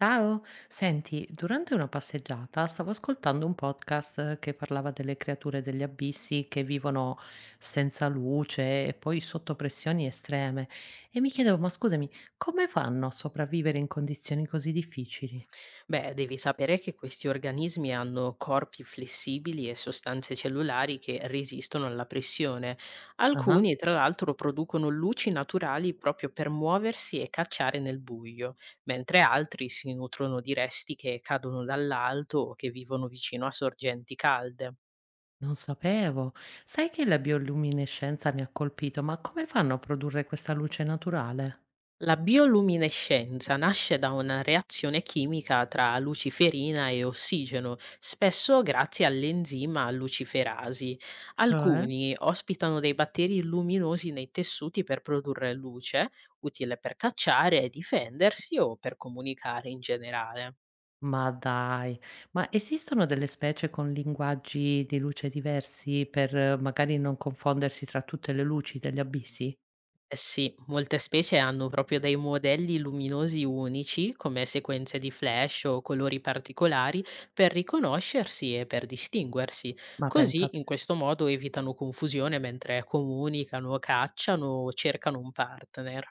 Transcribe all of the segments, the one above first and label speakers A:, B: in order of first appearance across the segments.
A: Ciao, senti, durante una passeggiata stavo ascoltando un podcast che parlava delle creature degli abissi che vivono senza luce e poi sotto pressioni estreme e mi chiedevo, ma scusami, come fanno a sopravvivere in condizioni così difficili?
B: Beh, devi sapere che questi organismi hanno corpi flessibili e sostanze cellulari che resistono alla pressione.
A: Ah,
B: Alcuni, tra l'altro, producono luci naturali proprio per muoversi e cacciare nel buio, mentre altri si nutrono di resti che cadono dall'alto o che vivono vicino a sorgenti calde.
A: non sapevo. Sai che la bioluminescenza mi ha colpito, ma come fanno a produrre questa luce naturale?
B: La bioluminescenza nasce da una reazione chimica tra luciferina e ossigeno, spesso grazie all'enzima luciferasi.
A: Cioè?
B: Alcuni ospitano dei batteri luminosi nei tessuti per produrre luce, utile per cacciare e difendersi o per comunicare in generale.
A: Ma dai, ma esistono delle specie con linguaggi di luce diversi per magari non confondersi tra tutte le luci degli abissi?
B: Eh sì, molte specie hanno proprio dei modelli luminosi unici, come sequenze di flash o colori particolari, per riconoscersi e per distinguersi.
A: Ma pensa
B: Così,
A: te.
B: in questo modo, evitano confusione mentre comunicano, cacciano o cercano un partner.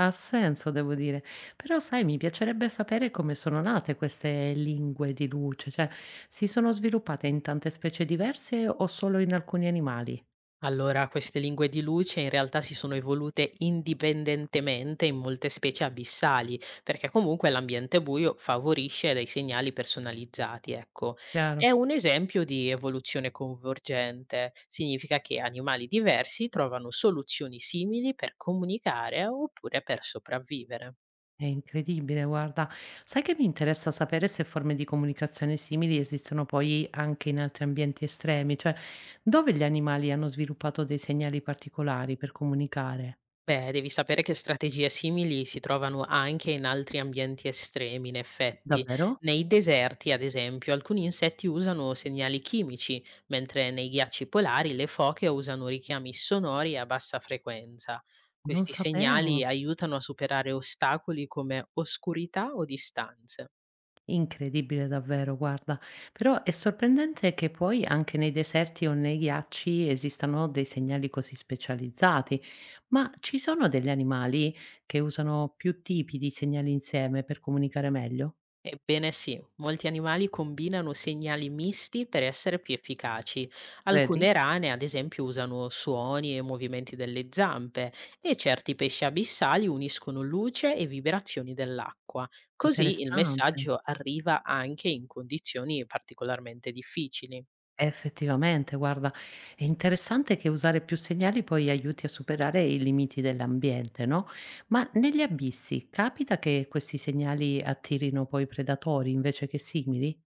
A: Ha senso, devo dire. Però sai, mi piacerebbe sapere come sono nate queste lingue di luce, cioè si sono sviluppate in tante specie diverse o solo in alcuni animali?
B: Allora, queste lingue di luce in realtà si sono evolute indipendentemente in molte specie abissali, perché comunque l'ambiente buio favorisce dei segnali personalizzati, ecco.
A: Chiaro.
B: È un esempio di evoluzione convergente, significa che animali diversi trovano soluzioni simili per comunicare oppure per sopravvivere.
A: È incredibile, guarda. Sai che mi interessa sapere se forme di comunicazione simili esistono poi anche in altri ambienti estremi, cioè dove gli animali hanno sviluppato dei segnali particolari per comunicare?
B: Beh, devi sapere che strategie simili si trovano anche in altri ambienti estremi, in effetti.
A: Davvero?
B: Nei deserti, ad esempio, alcuni insetti usano segnali chimici, mentre nei ghiacci polari le foche usano richiami sonori a bassa frequenza.
A: Non
B: Questi segnali
A: sapevo.
B: aiutano a superare ostacoli come oscurità o distanze.
A: Incredibile davvero, guarda. Però è sorprendente che poi anche nei deserti o nei ghiacci esistano dei segnali così specializzati. Ma ci sono degli animali che usano più tipi di segnali insieme per comunicare meglio?
B: Ebbene sì, molti animali combinano segnali misti per essere più efficaci.
A: Vedi?
B: Alcune rane, ad esempio, usano suoni e movimenti delle zampe e certi pesci abissali uniscono luce e vibrazioni dell'acqua. Così il
A: Interessante.
B: messaggio arriva anche in condizioni particolarmente difficili.
A: Effettivamente, guarda, è interessante che usare più segnali poi aiuti a superare i limiti dell'ambiente, no? Ma negli abissi capita che questi segnali attirino poi predatori invece che simili?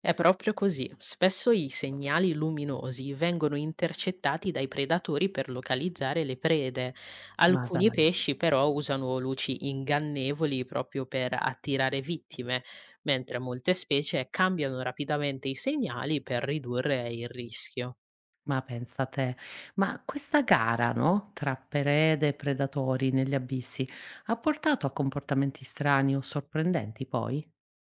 B: È proprio così. Spesso i segnali luminosi vengono intercettati dai predatori per localizzare le prede.
A: Ma
B: Alcuni
A: dai,
B: pesci però usano luci ingannevoli proprio per attirare vittime, mentre molte specie cambiano rapidamente i segnali per ridurre il rischio.
A: ma pensa te. Ma questa gara, no? Tra prede e predatori negli abissi ha portato a comportamenti strani o sorprendenti poi?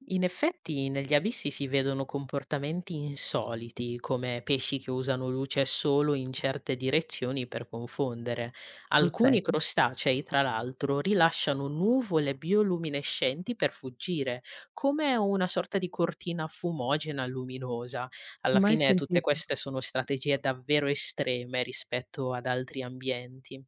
B: In effetti negli abissi si vedono comportamenti insoliti, come pesci che usano luce solo in certe direzioni per confondere.
A: Sul
B: Alcuni
A: serio?
B: crostacei, tra l'altro, rilasciano nuvole bioluminescenti per fuggire, come una sorta di cortina fumogena luminosa. Alla
A: Mai
B: fine tutte
A: sentito.
B: queste sono strategie davvero estreme rispetto ad altri ambienti.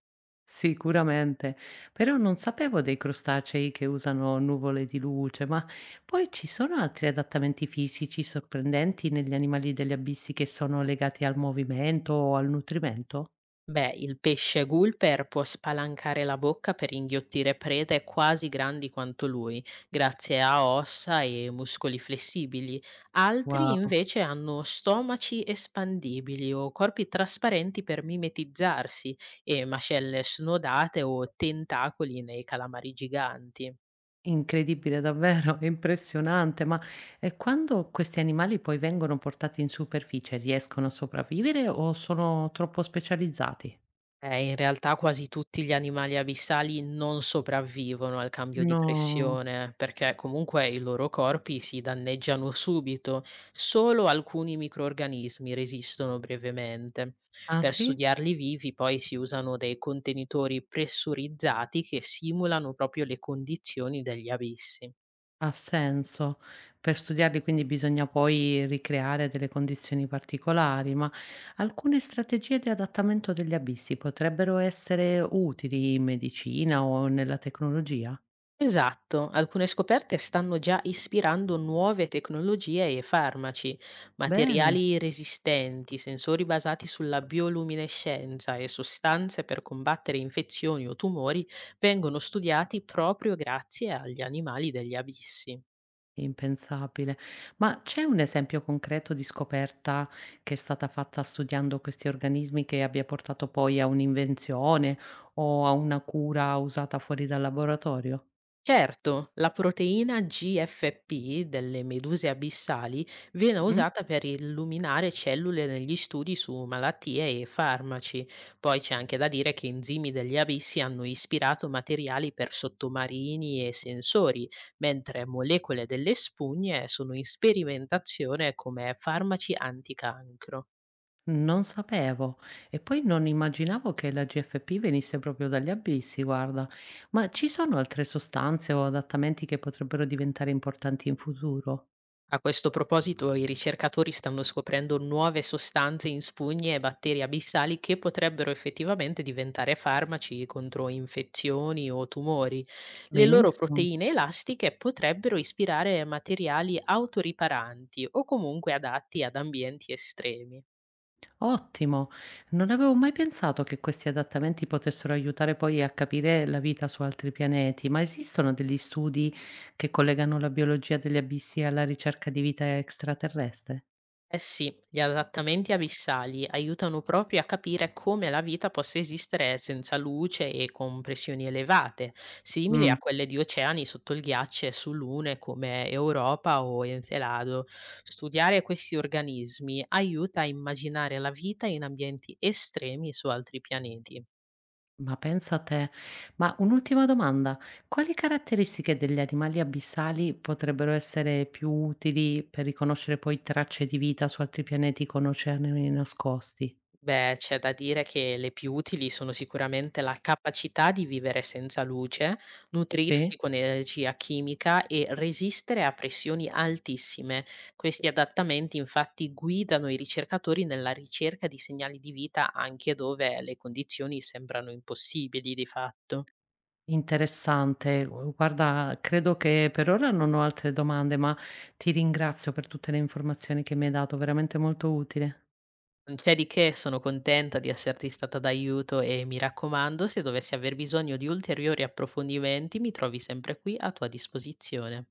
A: Sicuramente, però non sapevo dei crostacei che usano nuvole di luce, ma poi ci sono altri adattamenti fisici sorprendenti negli animali degli abissi che sono legati al movimento o al nutrimento?
B: Beh, il pesce gulper può spalancare la bocca per inghiottire prede quasi grandi quanto lui, grazie a ossa e muscoli flessibili. Altri
A: Wow,
B: invece hanno stomaci espandibili o corpi trasparenti per mimetizzarsi e mascelle snodate o tentacoli nei calamari giganti.
A: incredibile davvero, impressionante, ma quando questi animali poi vengono portati in superficie riescono a sopravvivere o sono troppo specializzati?
B: In realtà quasi tutti gli animali abissali non sopravvivono al cambio di
A: No.
B: pressione, perché comunque i loro corpi si danneggiano subito, solo alcuni microrganismi resistono brevemente.
A: Ah
B: Per
A: sì?
B: studiarli vivi poi si usano dei contenitori pressurizzati che simulano proprio le condizioni degli abissi.
A: Ha senso. Per studiarli quindi bisogna poi ricreare delle condizioni particolari, ma alcune strategie di adattamento degli abissi potrebbero essere utili in medicina o nella tecnologia?
B: Esatto, alcune scoperte stanno già ispirando nuove tecnologie e farmaci,
A: Bene,
B: materiali resistenti, sensori basati sulla bioluminescenza e sostanze per combattere infezioni o tumori vengono studiati proprio grazie agli animali degli abissi.
A: impensabile. Ma c'è un esempio concreto di scoperta che è stata fatta studiando questi organismi che abbia portato poi a un'invenzione o a una cura usata fuori dal laboratorio?
B: Certo, la proteina GFP delle meduse abissali viene
A: Mm?
B: usata per illuminare cellule negli studi su malattie e farmaci. Poi c'è anche da dire che enzimi degli abissi hanno ispirato materiali per sottomarini e sensori, mentre molecole delle spugne sono in sperimentazione come farmaci anticancro.
A: Non sapevo. E poi non immaginavo che la GFP venisse proprio dagli abissi, guarda. Ma ci sono altre sostanze o adattamenti che potrebbero diventare importanti in futuro?
B: A questo proposito, i ricercatori stanno scoprendo nuove sostanze in spugne e batteri abissali che potrebbero effettivamente diventare farmaci contro infezioni o tumori. Le loro
A: Benissimo.
B: proteine elastiche potrebbero ispirare materiali autoriparanti o comunque adatti ad ambienti estremi.
A: Ottimo. Non avevo mai pensato che questi adattamenti potessero aiutare poi a capire la vita su altri pianeti, ma esistono degli studi che collegano la biologia degli abissi alla ricerca di vita extraterrestre?
B: Eh sì, gli adattamenti abissali aiutano proprio a capire come la vita possa esistere senza luce e con pressioni elevate, simili
A: Mm.
B: a quelle di oceani sotto il ghiaccio e su lune come Europa o Encelado. Studiare questi organismi aiuta a immaginare la vita in ambienti estremi su altri pianeti.
A: Ma pensa te. Ma un'ultima domanda: quali caratteristiche degli animali abissali potrebbero essere più utili per riconoscere poi tracce di vita su altri pianeti con oceani nascosti?
B: Beh, c'è da dire che le più utili sono sicuramente la capacità di vivere senza luce,
A: Sì?
B: nutrirsi con energia chimica e resistere a pressioni altissime. Questi adattamenti infatti guidano i ricercatori nella ricerca di segnali di vita anche dove le condizioni sembrano impossibili di fatto.
A: Interessante. Gu Guarda, credo che per ora non ho altre domande, ma ti ringrazio per tutte le informazioni che mi hai dato, veramente molto utile.
B: Non c'è di che, sono contenta di esserti stata d'aiuto e mi raccomando, se dovessi aver bisogno di ulteriori approfondimenti, mi trovi sempre qui a tua disposizione.